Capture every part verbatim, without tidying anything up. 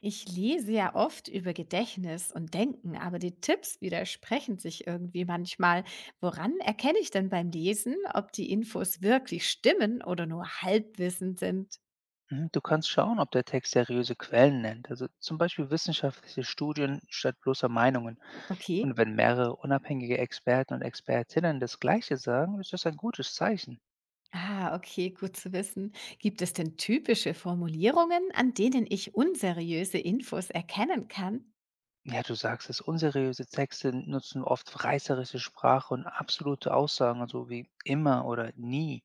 Ich lese ja oft über Gedächtnis und Denken, aber die Tipps widersprechen sich irgendwie manchmal. Woran erkenne ich denn beim Lesen, ob die Infos wirklich stimmen oder nur Halbwissen sind? Mhm, du kannst schauen, ob der Text seriöse Quellen nennt, also zum Beispiel wissenschaftliche Studien statt bloßer Meinungen. Okay. Und wenn mehrere unabhängige Experten und Expertinnen das Gleiche sagen, ist das ein gutes Zeichen. Ah, okay, gut zu wissen. Gibt es denn typische Formulierungen, an denen ich unseriöse Infos erkennen kann? Ja, du sagst es, unseriöse Texte nutzen oft reißerische Sprache und absolute Aussagen, so wie immer oder nie.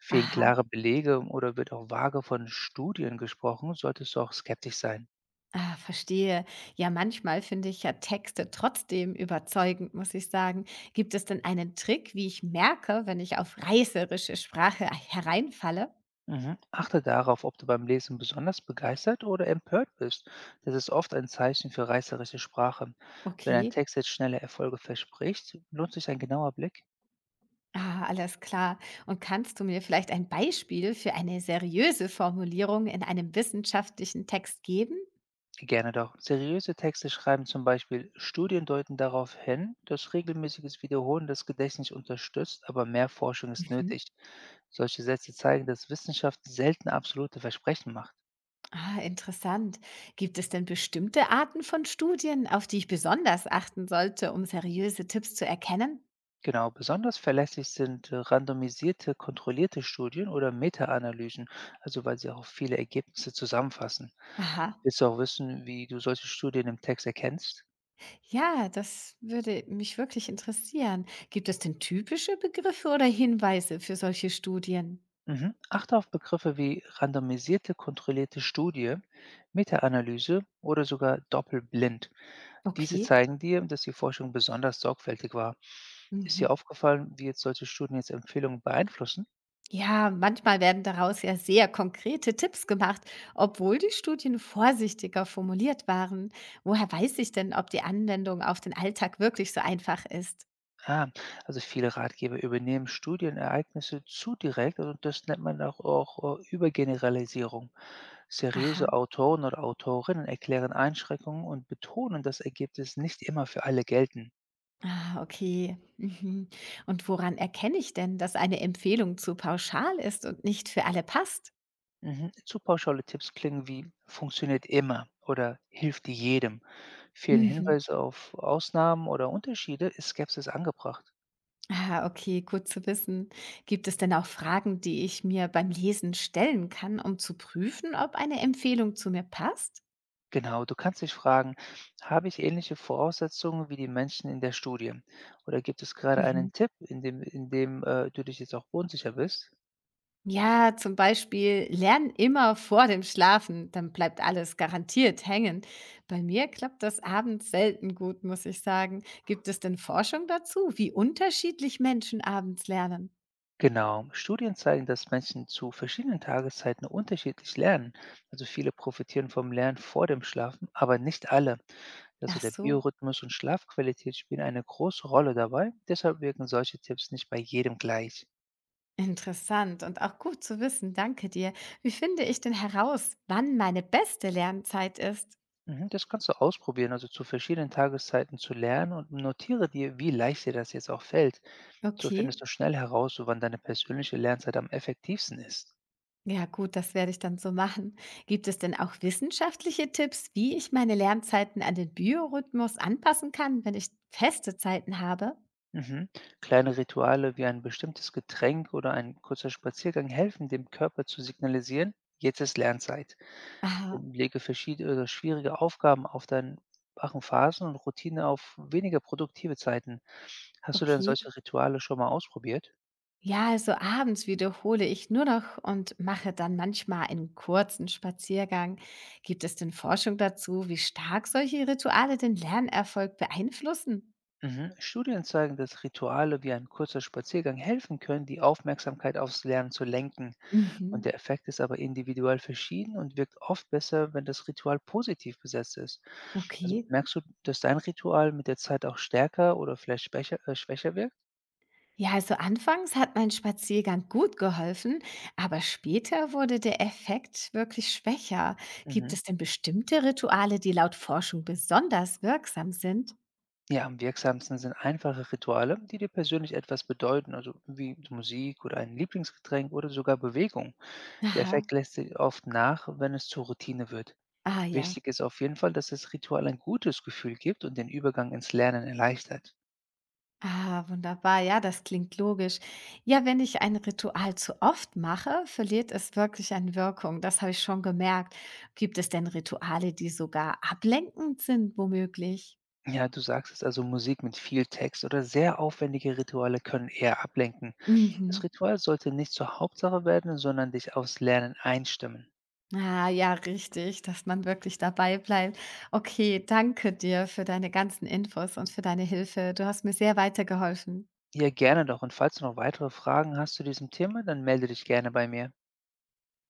Fehlen Aha. klare Belege oder wird auch vage von Studien gesprochen, solltest du auch skeptisch sein. Ah, verstehe. Ja, manchmal finde ich ja Texte trotzdem überzeugend, muss ich sagen. Gibt es denn einen Trick, wie ich merke, wenn ich auf reißerische Sprache hereinfalle? Mhm. Achte darauf, ob du beim Lesen besonders begeistert oder empört bist. Das ist oft ein Zeichen für reißerische Sprache. Wenn ein Okay. Text jetzt schnelle Erfolge verspricht, lohnt sich ein genauer Blick. Ah, alles klar. Und kannst du mir vielleicht ein Beispiel für eine seriöse Formulierung in einem wissenschaftlichen Text geben? Gerne doch. Seriöse Texte schreiben zum Beispiel, Studien deuten darauf hin, dass regelmäßiges Wiederholen das Gedächtnis unterstützt, aber mehr Forschung ist Mhm. nötig. Solche Sätze zeigen, dass Wissenschaft selten absolute Versprechen macht. Ah, interessant. Gibt es denn bestimmte Arten von Studien, auf die ich besonders achten sollte, um seriöse Tipps zu erkennen? Genau, besonders verlässlich sind äh, randomisierte, kontrollierte Studien oder Meta-Analysen, also weil sie auch viele Ergebnisse zusammenfassen. Aha. Willst du auch wissen, wie du solche Studien im Text erkennst? Ja, das würde mich wirklich interessieren. Gibt es denn typische Begriffe oder Hinweise für solche Studien? Mhm. Achte auf Begriffe wie randomisierte, kontrollierte Studie, Meta-Analyse oder sogar doppelblind. Diese Okay. zeigen dir, dass die Forschung besonders sorgfältig war. Ist dir Mhm. aufgefallen, wie jetzt solche Studien jetzt Empfehlungen beeinflussen? Ja, manchmal werden daraus ja sehr konkrete Tipps gemacht, obwohl die Studien vorsichtiger formuliert waren. Woher weiß ich denn, ob die Anwendung auf den Alltag wirklich so einfach ist? Ah, also viele Ratgeber übernehmen Studienereignisse zu direkt und das nennt man auch, auch äh, Übergeneralisierung. Seriöse Aha. Autoren oder Autorinnen erklären Einschränkungen und betonen, dass Ergebnisse nicht immer für alle gelten. Ah, okay. Mhm. Und woran erkenne ich denn, dass eine Empfehlung zu pauschal ist und nicht für alle passt? Mhm. Zu pauschale Tipps klingen wie funktioniert immer oder hilft jedem. Fehlen Mhm. Hinweise auf Ausnahmen oder Unterschiede ist Skepsis angebracht. Ah, okay, gut zu wissen. Gibt es denn auch Fragen, die ich mir beim Lesen stellen kann, um zu prüfen, ob eine Empfehlung zu mir passt? Genau, du kannst dich fragen, habe ich ähnliche Voraussetzungen wie die Menschen in der Studie? Oder gibt es gerade einen Mhm. Tipp, in dem, in dem äh, du dich jetzt auch unsicher bist? Ja, zum Beispiel, lern immer vor dem Schlafen, dann bleibt alles garantiert hängen. Bei mir klappt das abends selten gut, muss ich sagen. Gibt es denn Forschung dazu, wie unterschiedlich Menschen abends lernen? Genau, Studien zeigen, dass Menschen zu verschiedenen Tageszeiten unterschiedlich lernen. Also viele profitieren vom Lernen vor dem Schlafen, aber nicht alle. Ach Also der so, Biorhythmus und Schlafqualität spielen eine große Rolle dabei. Deshalb wirken solche Tipps nicht bei jedem gleich. interessant und auch gut zu wissen, danke dir. Wie finde ich denn heraus, wann meine beste Lernzeit ist? Mhm, das kannst du ausprobieren, also zu verschiedenen Tageszeiten zu lernen und notiere dir, wie leicht dir das jetzt auch fällt. So findest Okay. du schnell heraus, so wann deine persönliche Lernzeit am effektivsten ist. Ja gut, das werde ich dann so machen. Gibt es denn auch wissenschaftliche Tipps, wie ich meine Lernzeiten an den Biorhythmus anpassen kann, wenn ich feste Zeiten habe? Mhm. Kleine Rituale wie ein bestimmtes Getränk oder ein kurzer Spaziergang helfen dem Körper zu signalisieren, jetzt ist Lernzeit. Aha, Lege verschiedene oder schwierige Aufgaben auf deinen wachen Phasen und Routine auf weniger produktive Zeiten. Hast du denn okay. solche Rituale schon mal ausprobiert? Ja, also abends wiederhole ich nur noch und mache dann manchmal einen kurzen Spaziergang. Gibt es denn Forschung dazu, wie stark solche Rituale den Lernerfolg beeinflussen? Mhm. Studien zeigen, dass Rituale wie ein kurzer Spaziergang helfen können, die Aufmerksamkeit aufs Lernen zu lenken. Und Mhm. der Effekt ist aber individuell verschieden und wirkt oft besser, wenn das Ritual positiv besetzt ist. Also Okay. merkst du, dass dein Ritual mit der Zeit auch stärker oder vielleicht schwächer, äh, schwächer wirkt? Ja, also anfangs hat mein Spaziergang gut geholfen, aber später wurde der Effekt wirklich schwächer. Gibt Mhm. es denn bestimmte Rituale, die laut Forschung besonders wirksam sind? Ja, am wirksamsten sind einfache Rituale, die dir persönlich etwas bedeuten, also wie Musik oder ein Lieblingsgetränk oder sogar Bewegung. Der Aha, Effekt lässt sich oft nach, wenn es zur Routine wird. ah ja, Wichtig ist auf jeden Fall, dass das Ritual ein gutes Gefühl gibt und den Übergang ins Lernen erleichtert. ah, wunderbar, ja, das klingt logisch. Ja, wenn ich ein Ritual zu oft mache, verliert es wirklich an Wirkung. Das habe ich schon gemerkt. Gibt es denn Rituale, die sogar ablenkend sind, womöglich? Ja, du sagst es also, Musik mit viel Text oder sehr aufwendige Rituale können eher ablenken. Mhm. Das Ritual sollte nicht zur Hauptsache werden, sondern dich aufs Lernen einstimmen. Ah, ja, richtig, dass man wirklich dabei bleibt. Okay, danke dir für deine ganzen Infos und für deine Hilfe. Du hast mir sehr weitergeholfen. Ja, gerne doch. Und falls du noch weitere Fragen hast zu diesem Thema, dann melde dich gerne bei mir.